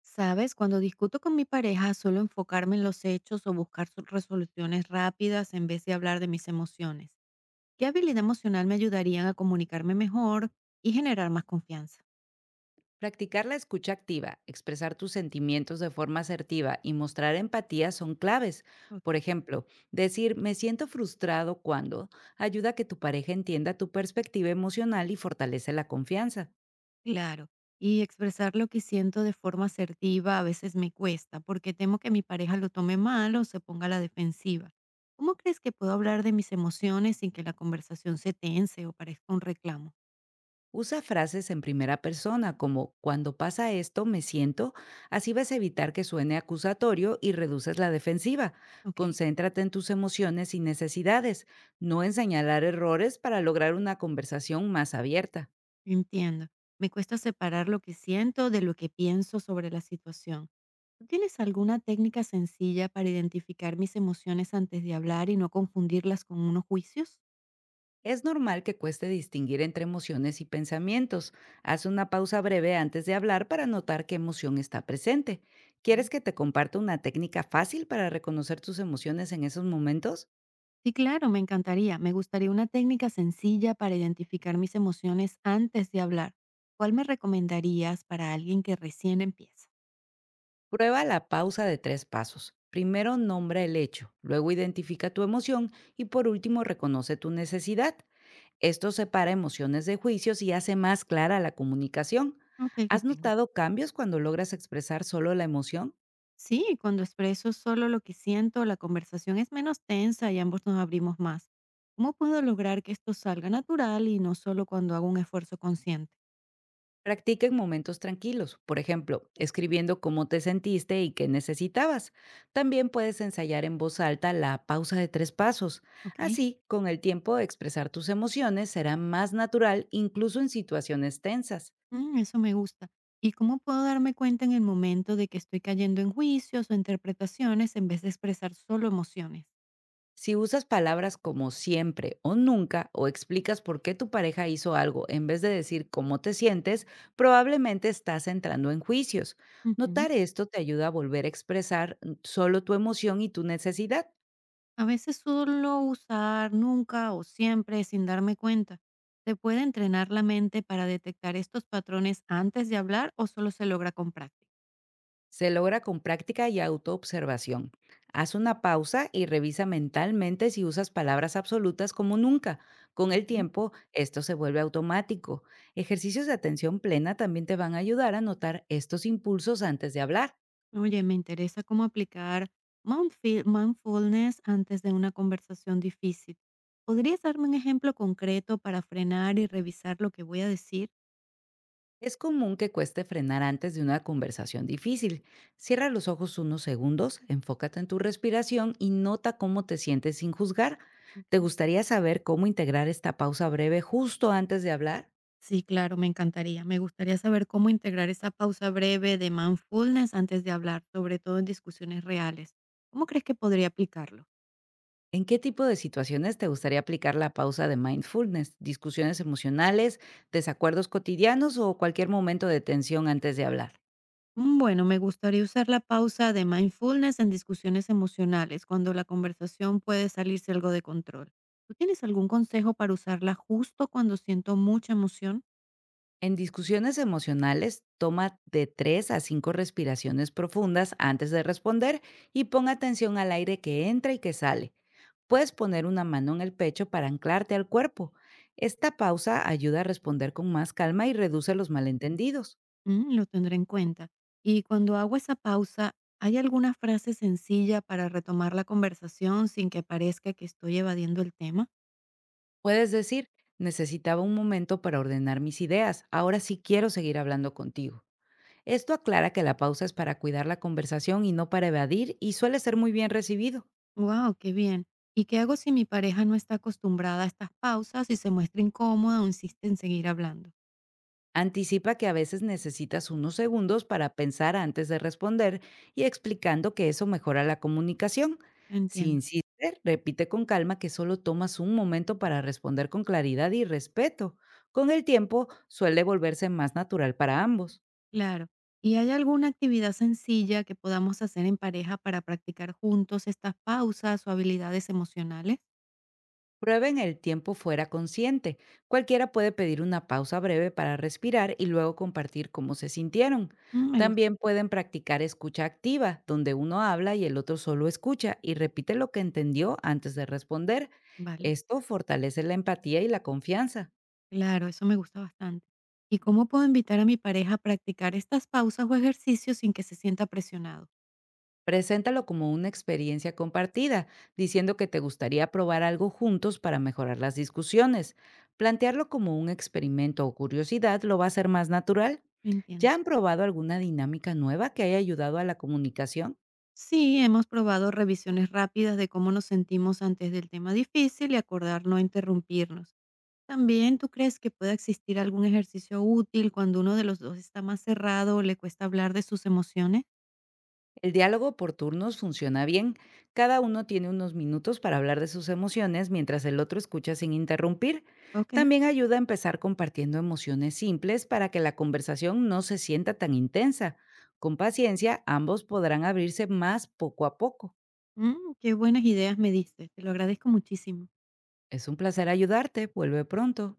Sabes, cuando discuto con mi pareja, suelo enfocarme en los hechos o buscar resoluciones rápidas en vez de hablar de mis emociones. ¿Qué habilidad emocional me ayudarían a comunicarme mejor y generar más confianza? Practicar la escucha activa, expresar tus sentimientos de forma asertiva y mostrar empatía son claves. Por Ok. ejemplo, decir me siento frustrado cuando ayuda a que tu pareja entienda tu perspectiva emocional y fortalece la confianza. Claro, y expresar lo que siento de forma asertiva a veces me cuesta porque temo que mi pareja lo tome mal o se ponga a la defensiva. ¿Cómo crees que puedo hablar de mis emociones sin que la conversación se tense o parezca un reclamo? Usa frases en primera persona como cuando pasa esto me siento, así vas a evitar que suene acusatorio y reduces la defensiva. Ok. Concéntrate en tus emociones y necesidades, no en señalar errores para lograr una conversación más abierta. Entiendo. Me cuesta separar lo que siento de lo que pienso sobre la situación. ¿Tú tienes alguna técnica sencilla para identificar mis emociones antes de hablar y no confundirlas con unos juicios? Es normal que cueste distinguir entre emociones y pensamientos. Haz una pausa breve antes de hablar para notar qué emoción está presente. ¿Quieres Ok. que te comparta una técnica fácil para reconocer tus emociones en esos momentos? Sí, claro, me encantaría. Me gustaría una técnica sencilla para identificar mis emociones antes de hablar. ¿Cuál me recomendarías para alguien que recién empieza? Prueba la pausa de 3 pasos. Primero nombra el hecho, luego identifica tu emoción y por último reconoce tu necesidad. Esto separa emociones de juicios y hace más clara la comunicación. Ok, lo ¿Has tengo. notado cambios cuando logras expresar solo la emoción? Sí, cuando expreso solo lo que siento, la conversación es menos tensa y ambos nos abrimos más. ¿Cómo puedo lograr que esto salga natural y no solo cuando hago un esfuerzo consciente? Practica en momentos tranquilos, por ejemplo, escribiendo cómo te sentiste y qué necesitabas. También puedes ensayar en voz alta la pausa de 3 pasos. Ok. Así, con el tiempo, expresar tus emociones será más natural incluso en situaciones tensas. Eso me gusta. ¿Y cómo puedo darme cuenta en el momento de que estoy cayendo en juicios o interpretaciones en vez de expresar solo emociones? Si usas palabras como siempre o nunca o explicas por qué tu pareja hizo algo en vez de decir cómo te sientes, probablemente estás entrando en juicios. Ujú. Notar esto te ayuda a volver a expresar solo tu emoción y tu necesidad. A veces solo usar nunca o siempre sin darme cuenta. ¿Se puede entrenar la mente para detectar estos patrones antes de hablar o solo se logra con práctica? Se logra con práctica y autoobservación. Haz una pausa y revisa mentalmente si usas palabras absolutas como nunca. Con el Ujú. tiempo, esto se vuelve automático. Ejercicios de atención plena también te van a ayudar a notar estos impulsos antes de hablar. Oye, me interesa cómo aplicar mindfulness antes de una conversación difícil. ¿Podrías darme un ejemplo concreto para frenar y revisar lo que voy a decir? Es común que cueste frenar antes de una conversación difícil. Cierra los ojos unos segundos, enfócate en tu respiración y nota cómo te sientes sin juzgar. ¿Te Ok. gustaría saber cómo integrar esta pausa breve justo antes de hablar? Sí, claro, me encantaría. Me gustaría saber cómo integrar esa pausa breve de mindfulness antes de hablar, sobre todo en discusiones reales. ¿Cómo crees que podría aplicarlo? ¿En qué tipo de situaciones te gustaría aplicar la pausa de mindfulness? ¿Discusiones emocionales, desacuerdos cotidianos o cualquier momento de tensión antes de hablar? Bueno, me gustaría usar la pausa de mindfulness en discusiones emocionales, cuando la conversación puede salirse algo de control. ¿Tú tienes algún consejo para usarla justo cuando siento mucha emoción? En discusiones emocionales, toma de 3 a 5 respiraciones profundas antes de responder y pon atención al aire que entra y que sale. Puedes poner una mano en el pecho para anclarte al cuerpo. Esta pausa ayuda a responder con más calma y reduce los malentendidos. Lo tendré en cuenta. Y cuando hago esa pausa, ¿hay alguna frase sencilla para retomar la conversación sin que parezca que estoy evadiendo el tema? Puedes decir, necesitaba un momento para ordenar mis ideas, ahora sí quiero seguir hablando contigo. Esto aclara que la pausa es para cuidar la conversación y no para evadir y suele ser muy bien recibido. ¡Wow! ¡Qué bien! ¿Y qué hago si mi pareja no está acostumbrada a estas pausas y se muestra incómoda o insiste en seguir hablando? Anticipa que a veces necesitas unos segundos para pensar antes de responder y explicando que eso mejora la comunicación. Si Entiendo. insiste, repite con calma que solo tomas un momento para responder con claridad y respeto. Con el tiempo suele volverse más natural para ambos. Claro. ¿Y hay alguna actividad sencilla que podamos hacer en pareja para practicar juntos estas pausas o habilidades emocionales? Prueben el tiempo fuera consciente. Cualquiera puede pedir una pausa breve para respirar y luego compartir cómo se sintieron. Me gusta. También pueden practicar escucha activa, donde uno habla y el otro solo escucha y repite lo que entendió antes de responder. Vale. Esto fortalece la empatía y la confianza. Claro, eso me gusta bastante. ¿Y cómo puedo invitar a mi pareja a practicar estas pausas o ejercicios sin que se sienta presionado? Preséntalo como una experiencia compartida, diciendo que te gustaría probar algo juntos para mejorar las discusiones. Plantearlo como un experimento o curiosidad lo va a hacer más natural. No entiendo. ¿Ya han probado alguna dinámica nueva que haya ayudado a la comunicación? Sí, hemos probado revisiones rápidas de cómo nos sentimos antes del tema difícil y acordar no interrumpirnos. También, ¿tú crees que pueda existir algún ejercicio útil cuando uno de los dos está más cerrado o le cuesta hablar de sus emociones? El diálogo por turnos funciona bien. Cada uno tiene unos minutos para hablar de sus emociones mientras el otro escucha sin interrumpir. Ok, También ayuda a empezar compartiendo emociones simples para que la conversación no se sienta tan intensa. Con paciencia, ambos podrán abrirse más poco a poco. Qué buenas ideas me diste, te lo agradezco muchísimo. Es un placer ayudarte. Vuelve pronto.